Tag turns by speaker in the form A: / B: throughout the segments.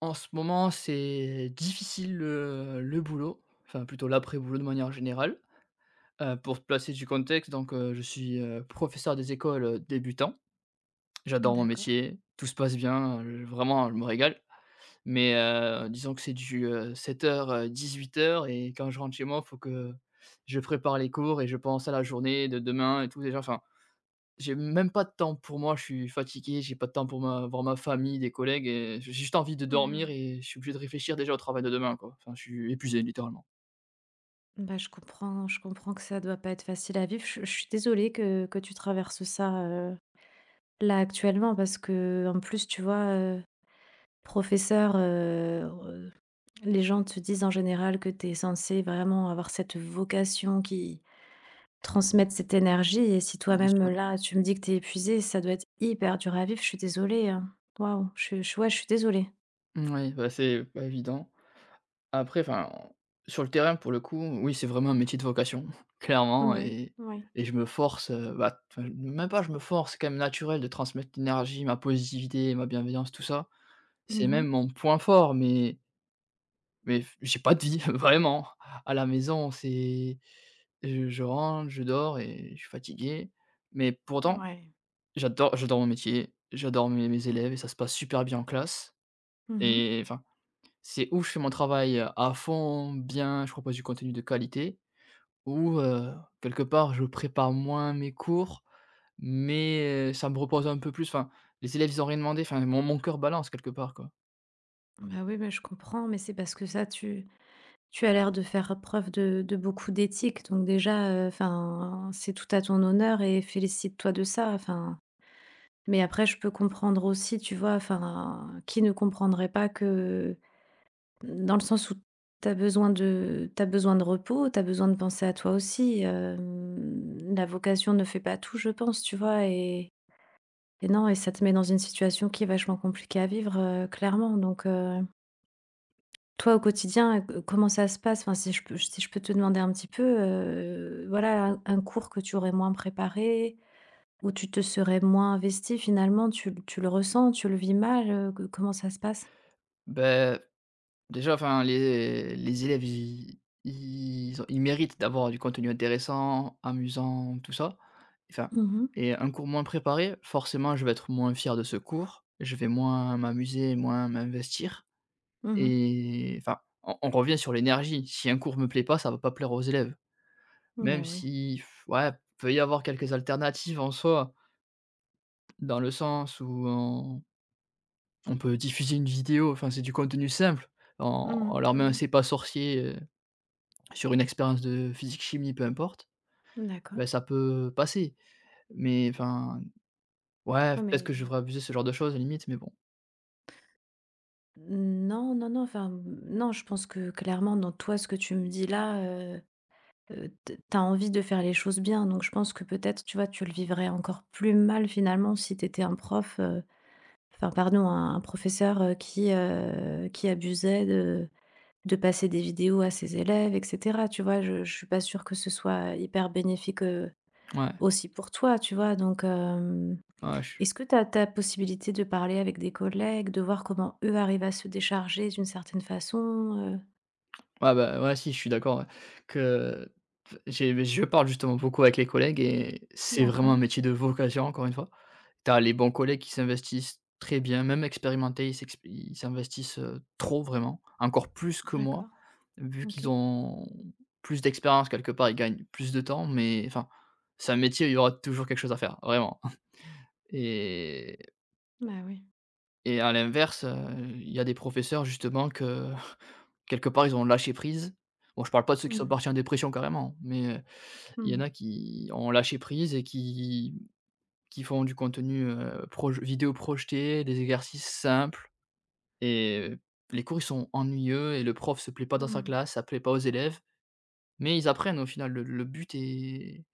A: En ce moment, c'est difficile le boulot, enfin plutôt l'après-boulot de manière générale. Pour te placer du contexte, donc je suis, professeur des écoles, débutants. J'adore mon
B: D'accord.
A: métier, tout se passe bien, vraiment je me régale. Mais disons que c'est du, 7:00, 18:00, et quand je rentre chez moi, il faut que je prépare les cours et je pense à la journée de demain et tout déjà. Enfin, j'ai même pas de temps pour moi, je suis fatigué, j'ai pas de temps pour ma voir ma famille, des collègues, et j'ai juste envie de
B: Mmh.
A: dormir et je suis obligé de réfléchir déjà au travail de demain, quoi. Enfin, je suis épuisé littéralement.
B: Bah, je comprends que ça doit pas être facile à vivre. Je suis désolée que tu traverses ça, là, actuellement parce que en plus, tu vois, professeur, re les gens te disent en général que tu es censée vraiment avoir cette vocation qui transmette cette énergie et si
A: Bien
B: toi-même,
A: sûr.
B: là, tu me dis que tu es épuisée, ça doit être hyper dur à vivre. Je suis désolée, hein. Waouh, je ouais, je suis désolée.
A: Moui, bah, c'est pas évident. Après, enfin, sur le terrain, pour le coup, oui, c'est vraiment un métier de vocation, clairement,
B: Ouais,
A: et
B: ouais.
A: je me force, bah, enfin, même pas je me force, c'est quand même naturel de transmettre l'énergie, ma positivité, ma bienveillance, tout ça. C'est
B: Mmh.
A: même mon point fort, mais f j'ai pas de vie, vraiment. À la maison, c'est je rentre, je dors et je suis fatigué. Mais pourtant,
B: Ouais.
A: j'adore mon métier, j'adore mes élèves, et ça se passe super bien en classe.
B: Mmh.
A: Et enfin, c'est ou je fais mon travail à fond, bien, je propose du contenu de qualité, ou, quelque part, je prépare moins mes cours, mais, ça me repose un peu plus. Enfin, les élèves, ils ont rien demandé, enfin, mon cœur balance quelque part, quoi.
B: Bah, oui, bah, je comprends, mais c'est parce que ça, tu as l'air de faire preuve de beaucoup d'éthique, donc déjà, enfin, c'est tout à ton honneur et félicite-toi de ça, enfin. Mais après, je peux comprendre aussi, tu vois, enfin, qui ne comprendrait pas que dans le sens où tu as besoin de t'as besoin de repos, tu as besoin de penser à toi aussi, la vocation ne fait pas tout, je pense, tu vois? Et non et ça te met dans une situation qui est vachement compliquée à vivre, clairement, donc, Toi, au quotidien, comment ça se passe? Enfin, si je peux te demander un petit peu, voilà, un cours que tu aurais moins préparé, où tu te serais moins investi finalement, tu le ressens, tu le vis mal, co comment ça se passe?
A: Ben, déjà, enfin, les élèves, ils méritent d'avoir du contenu intéressant, amusant, tout ça. Enfin,
B: Mhm.
A: et un cours moins préparé, forcément, je vais être moins fier de ce cours, je vais moins m'amuser, moins m'investir,
B: Mhm.
A: et enfin, on revient sur l'énergie. Si un cours me plaît pas, ça va pas plaire aux élèves.
B: Mmh. Bah,
A: Même
B: oui.
A: si ouais, peut y avoir quelques alternatives en soi, dans le sens où on peut diffuser une vidéo, enfin, c'est du contenu simple. On
B: Mhm.
A: leur
B: Mh.
A: met un
B: Mmh.
A: «C'est pas sorcier», sur une expérience de physique, chimie, peu importe,
B: D'accord.
A: bah, ça peut passer. Mais enfin, ouais,
B: Ouais,
A: peut-être que
B: mais
A: je devrais abuser ce genre de choses, limite, mais bon.
B: non, non, non, enfin, non, je pense que clairement dans toi, ce que tu me dis là, heu t tu envie de faire les choses bien, donc je pense que peut-être, tu vois, tu le vivrais encore plus mal finalement si t'étais un prof, enfin pardon, un professeur, qui abusait de passer des vidéos à ses élèves et cetera, tu vois? Je suis pas sûre que ce soit hyper bénéfique,
A: Ouais,
B: aussi pour toi, tu vois? Donc,
A: ouais, je
B: est-ce que tu as tu possibilité de parler avec des collègues, de voir comment eux arrivent à se décharger d'une certaine façon?
A: ouais, bah, ouais, si, je suis d'accord, ouais, que j'ai je parle justement beaucoup avec les collègues, et c'est vraiment un
B: D'accord,
A: métier de vocation, encore une fois. Tu as les bons collègues qui s'investissent très bien, même expérimentés, ils s'investissent, trop vraiment, encore plus que moi,
B: d'accord,
A: vu qu'ils
B: OK.
A: ont plus d'expérience quelque part, ils gagnent plus de temps, mais enfin, c'est un métier il y aura toujours quelque chose à faire, vraiment. Et
B: Bah, oui.
A: et à l'inverse, il y a des professeurs justement que quelque part ils ont lâché prise. Bon, je parle pas de ceux qui sont
B: Mmh.
A: partis en dépression carrément, mais il y en
B: Mmh.
A: a qui ont lâché prise et qui font du contenu, proj vidéo projeté, des exercices simples, et les cours, ils sont ennuyeux et le prof se plaît pas dans sa
B: Mmh.
A: classe, ça plaît pas aux élèves, mais ils apprennent au final. Le but est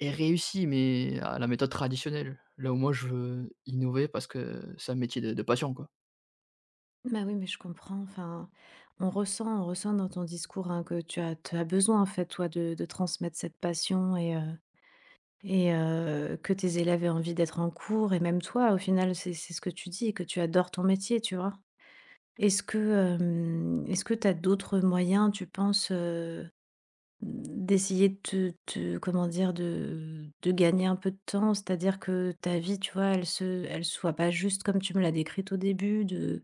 A: est réussi, mais à la méthode traditionnelle. Là où moi, je veux innover parce que c'est un métier de passion, quoi.
B: Bah, oui, mais je comprends, enfin, on ressent dans ton discours, hein, que tu as besoin, en fait, toi, de transmettre cette passion et que tes élèves aient envie d'être en cours et même toi, au final, c'est ce que tu dis, que tu adores ton métier, tu vois? Est-ce que tu as d'autres moyens, tu penses, d'essayer de te te comment dire? De gagner un peu de temps? C'est-à-dire que ta vie, tu vois, elle soit pas juste comme tu me l'as décrite au début de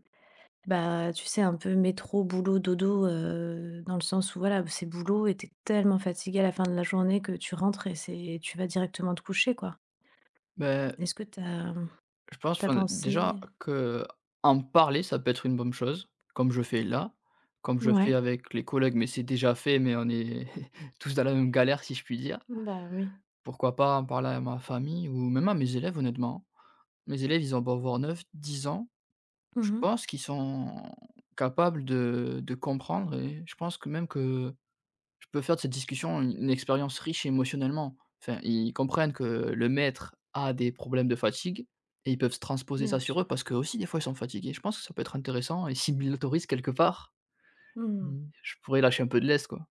B: bah, tu sais, un peu métro, boulot, dodo, dans le sens où voilà, c'est boulot et tu tellement fatigué à la fin de la journée que tu rentres et c'est tu vas directement te coucher, quoi.
A: Ben,
B: Est-ce que t'as,
A: je pense,
B: t'as
A: enfin, déjà
B: pensé?
A: que en parler, ça peut être une bonne chose, comme je fais là, comme je fais
B: Ouais,
A: avec les collègues, mais c'est déjà fait, mais on est tous dans la même galère, si je puis dire.
B: bah, oui.
A: Pourquoi pas en parler à ma famille, ou même à mes élèves honnêtement. Mes élèves, ils ont beau avoir 9 10 ans, je
B: Mhm.
A: pense qu'ils sont capables de comprendre, et je pense que même que je peux faire de cette discussion une expérience riche émotionnellement. Enfin, ils comprennent que le maître a des problèmes de fatigue et ils peuvent se transposer
B: Bien
A: ça sur
B: sûr.
A: eux parce que aussi des fois ils sont fatigués. Je pense que ça peut être intéressant et s'ils me l'autorisent quelque part,
B: Mhm.
A: mmh, je pourrais lâcher un peu de lest, quoi.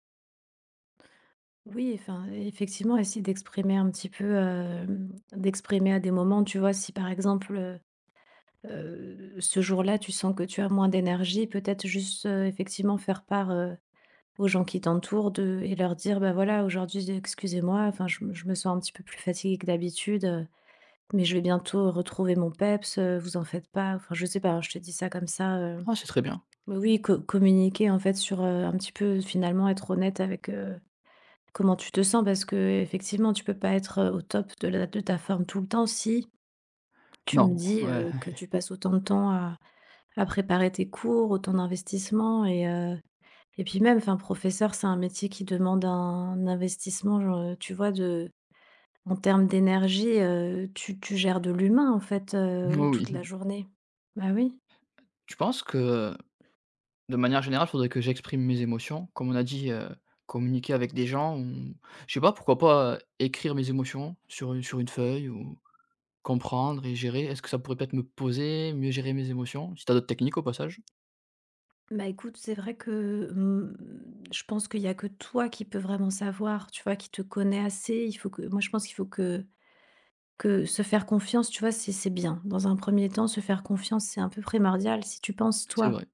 B: Oui, enfin, effectivement, essayer d'exprimer un petit peu, d'exprimer à des moments, tu vois, si par exemple, ce jour-là, tu sens que tu as moins d'énergie, peut-être juste, effectivement faire part, aux gens qui t'entourent de et leur dire: «Bah, voilà, aujourd'hui, excusez-moi, enfin, je me sens un petit peu plus fatiguée que d'habitude, mais je vais bientôt retrouver mon peps, vous en faites pas». Enfin, je sais pas, hein, je te dis ça comme ça,
A: Ah, c'est très bien.
B: mais oui, co communiquer, en fait, sur, un petit peu, finalement, être honnête avec, comment tu te sens parce que effectivement tu peux pas être, au top de ta forme tout le temps si tu me
A: Non,
B: dis,
A: ouais,
B: que tu passes autant de temps à préparer tes cours, autant d'investissements euh, et puis même, enfin, professeur, c'est un métier qui demande un investissement, genre, tu vois, de en termes d'énergie, tu gères de l'humain, en fait,
A: oui,
B: toute
A: oui.
B: la journée. Bah oui.
A: Tu penses que, de manière générale, faudrait que j'exprime mes émotions. Comme on a dit, communiquer avec des gens, ou je sais pas, pourquoi pas, écrire mes émotions sur une feuille, ou comprendre et gérer. Est-ce que ça pourrait peut-être me poser, mieux gérer mes émotions? Si tu as d'autres techniques au passage,
B: Bah, écoute, c'est vrai que, je pense qu'il y a que toi qui peux vraiment savoir, tu vois, qui te connais assez. Il faut que moi, je pense qu'il faut que se faire confiance, tu vois, c'est bien. Dans un premier temps, se faire confiance, c'est un peu primordial. Si tu penses,
A: c'est
B: toi,
A: vrai.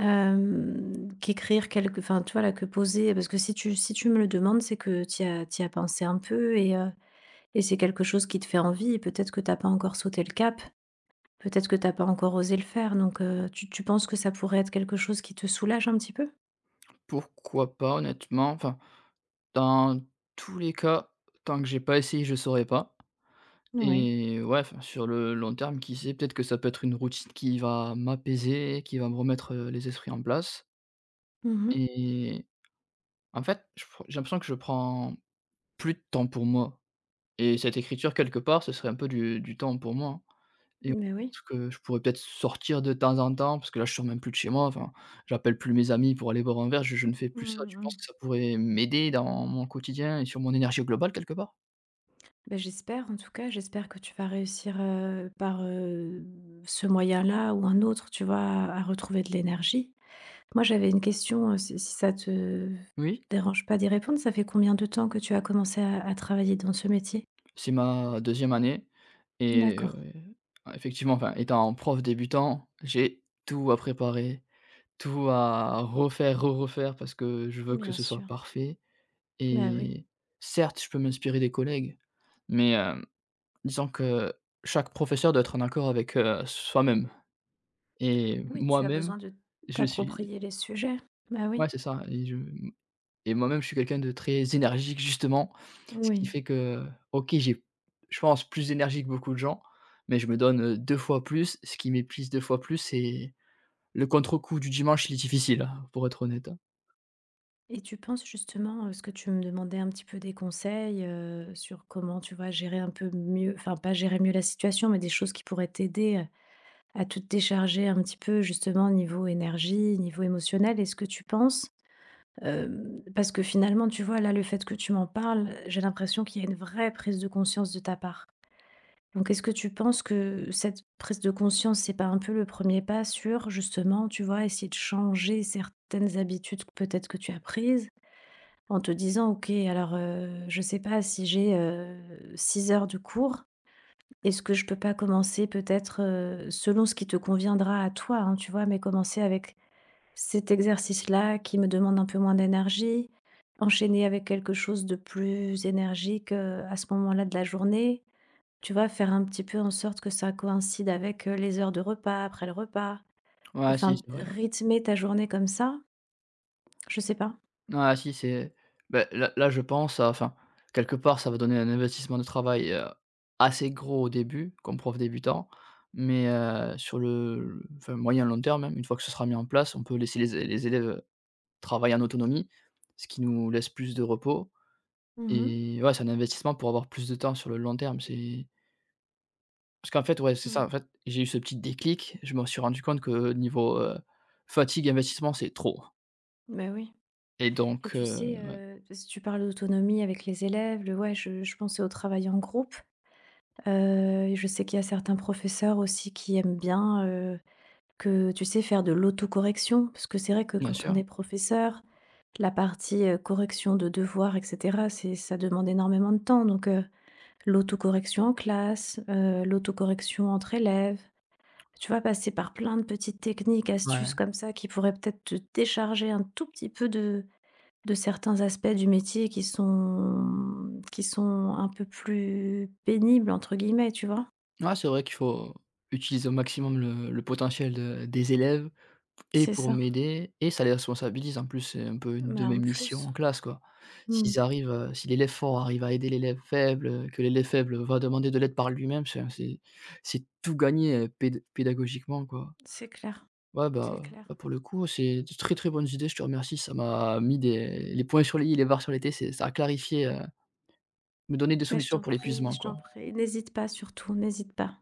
B: Qu'écrire quelque enfin, tu vois, là, que poser parce que si tu me le demandes, c'est que tu as pensé un peu et c'est quelque chose qui te fait envie et peut-être que t'as pas encore sauté le cap, peut-être que t'as pas encore osé le faire donc tu penses que ça pourrait être quelque chose qui te soulage un petit peu?
A: Pourquoi pas honnêtement? Enfin, dans tous les cas, tant que j'ai pas essayé, je saurais pas.
B: Oui.
A: Et ouais, enfin, sur le long terme, qui sait, peut-être que ça peut être une routine qui va m'apaiser, qui va me remettre, les esprits en place.
B: Mmh. Mh.
A: Et en fait, je pr j'ai l'impression que je prends plus de temps pour moi, et cette écriture quelque part, ce serait un peu du temps pour moi, hein. Et ouais,
B: Oui.
A: ce que je pourrais peut-être sortir de temps en temps parce que là, je sors même plus de chez moi, enfin, j'appelle plus mes amis pour aller boire un verre, je ne fais plus ça.
B: Mmh.
A: Tu
B: Mh.
A: penses que ça pourrait m'aider dans mon quotidien et sur mon énergie globale quelque part?
B: Beh, j'espère en tout cas, j'espère que tu vas réussir, par, ce moyen-là ou un autre, tu vois, à retrouver de l'énergie. Moi, j'avais une question, si ça te
A: Oui,
B: dérange pas d'y répondre. Ça fait combien de temps que tu as commencé à travailler dans ce métier?
A: c'est ma deuxième année, et
B: D'accord,
A: effectivement, enfin, étant prof débutant, j'ai tout à préparer, tout à refaire, re-refaire parce que je veux que
B: bien
A: ce soit
B: sûr.
A: parfait.
B: Bah, oui.
A: Et certes, je peux m'inspirer des collègues. Mais, hem, disons que chaque professeur doit être en accord avec, soi-même. Et
B: Oui, tu as
A: moi-même,
B: besoin de
A: je suis
B: t'approprier les sujets. Bah, oui,
A: ouais, c'est ça, et je et moi-même, je suis quelqu'un de très énergique justement, ce qui
B: oui
A: fait que, OK, j'ai je pense plus d'énergie que beaucoup de gens, mais je me donne, 2 fois plus, ce qui m'épuise 2 fois plus. C'est le contre-coup du dimanche, il est difficile, hein, pour être honnête, hein.
B: et tu penses justement, ce que tu me demandais un petit peu des conseils, sur comment, tu vois, gérer un peu mieux enfin, pas gérer mieux la situation, mais des choses qui pourraient t'aider, à te décharger un petit peu justement niveau énergie, niveau émotionnel. Est-ce que tu penses? Parce que finalement, tu vois, là, le fait que tu m'en parles, j'ai l'impression qu'il y a une vraie prise de conscience de ta part. Donc, est-ce que tu penses que cette prise de conscience, c'est pas un peu le premier pas sur, justement, tu vois, essayer de changer certaines habitudes que peut-être que tu as prises, en te disant: «OK, alors, je sais pas si j'ai, 6 heures de cours, est-ce que je peux pas commencer peut-être», selon ce qui te conviendra à toi, hein, tu vois, mais commencer avec cet exercice-là qui me demande un peu moins d'énergie, enchaîner avec quelque chose de plus énergique, à ce moment-là de la journée. Tu vois? Faire un petit peu en sorte que ça coïncide avec, les heures de repas, après le repas.
A: Ouais, si,
B: Enfin,
A: c'est vrai, ouais.
B: rythmer ta journée comme ça, je sais pas.
A: Ah si, c'est ben là, je pense à, enfin, quelque part, ça va donner un investissement de travail, assez gros au début, comme prof débutant, mais sur le, enfin, moyen long terme, même une fois que ce sera mis en place, on peut laisser les élèves travailler en autonomie, ce qui nous laisse plus de repos.
B: Mmh. Mh.
A: Et ouais, c'est un investissement pour avoir plus de temps sur le long terme. C'est parce qu'en fait, ouais, c'est ça, en
B: Mmh.
A: fait, j'ai eu ce petit déclic, je me suis rendu compte que niveau, fatigue, investissement, c'est trop.
B: Oui
A: Et
B: et
A: donc
B: tu
A: heu,
B: sais, parce que tu parles d'autonomie avec les élèves, le ouais, je pensais au travail en groupe, je sais qu'il y a certains professeurs aussi qui aiment bien, que, tu sais, faire de l'autocorrection, parce que c'est vrai que
A: bien
B: quand on
A: sûr.
B: est professeur, la partie, correction de devoirs et cetera, c'est ça demande énormément de temps donc l'autocorrection en classe, l'autocorrection entre élèves, tu vas passer par plein de petites techniques, astuces
A: Ouais.
B: comme ça qui pourraient peut-être te décharger un tout petit peu de certains aspects du métier qui sont un peu plus «pénibles» entre guillemets, tu vois?
A: Ouais, c'est vrai qu'il faut utiliser au maximum le potentiel de des élèves, et
B: C'est
A: pour
B: ça.
A: m'aider, et ça les responsabilise en plus, c'est un peu une
B: Mais
A: de mes
B: en
A: missions
B: plus,
A: en classe, quoi.
B: mmh,
A: S'ils arrivent, si l'élève fort arrive à aider l'élève faible, que l'élève faible va demander de l'aide par lui-même, c'est tout gagné, pédagogiquement, quoi.
B: c'est clair,
A: Ouais,
B: c'est
A: bah,
B: clair.
A: bah, pour le coup, c'est de très, très bonnes idées, je te remercie, ça m'a mis des les points sur les i, les barres sur les t, c'est ça a clarifié, me donné des
B: Mais je
A: solutions
B: t'en
A: pour
B: prie,
A: l'épuisement,
B: je t'en
A: quoi.
B: prie. N'hésite pas surtout, n'hésite pas.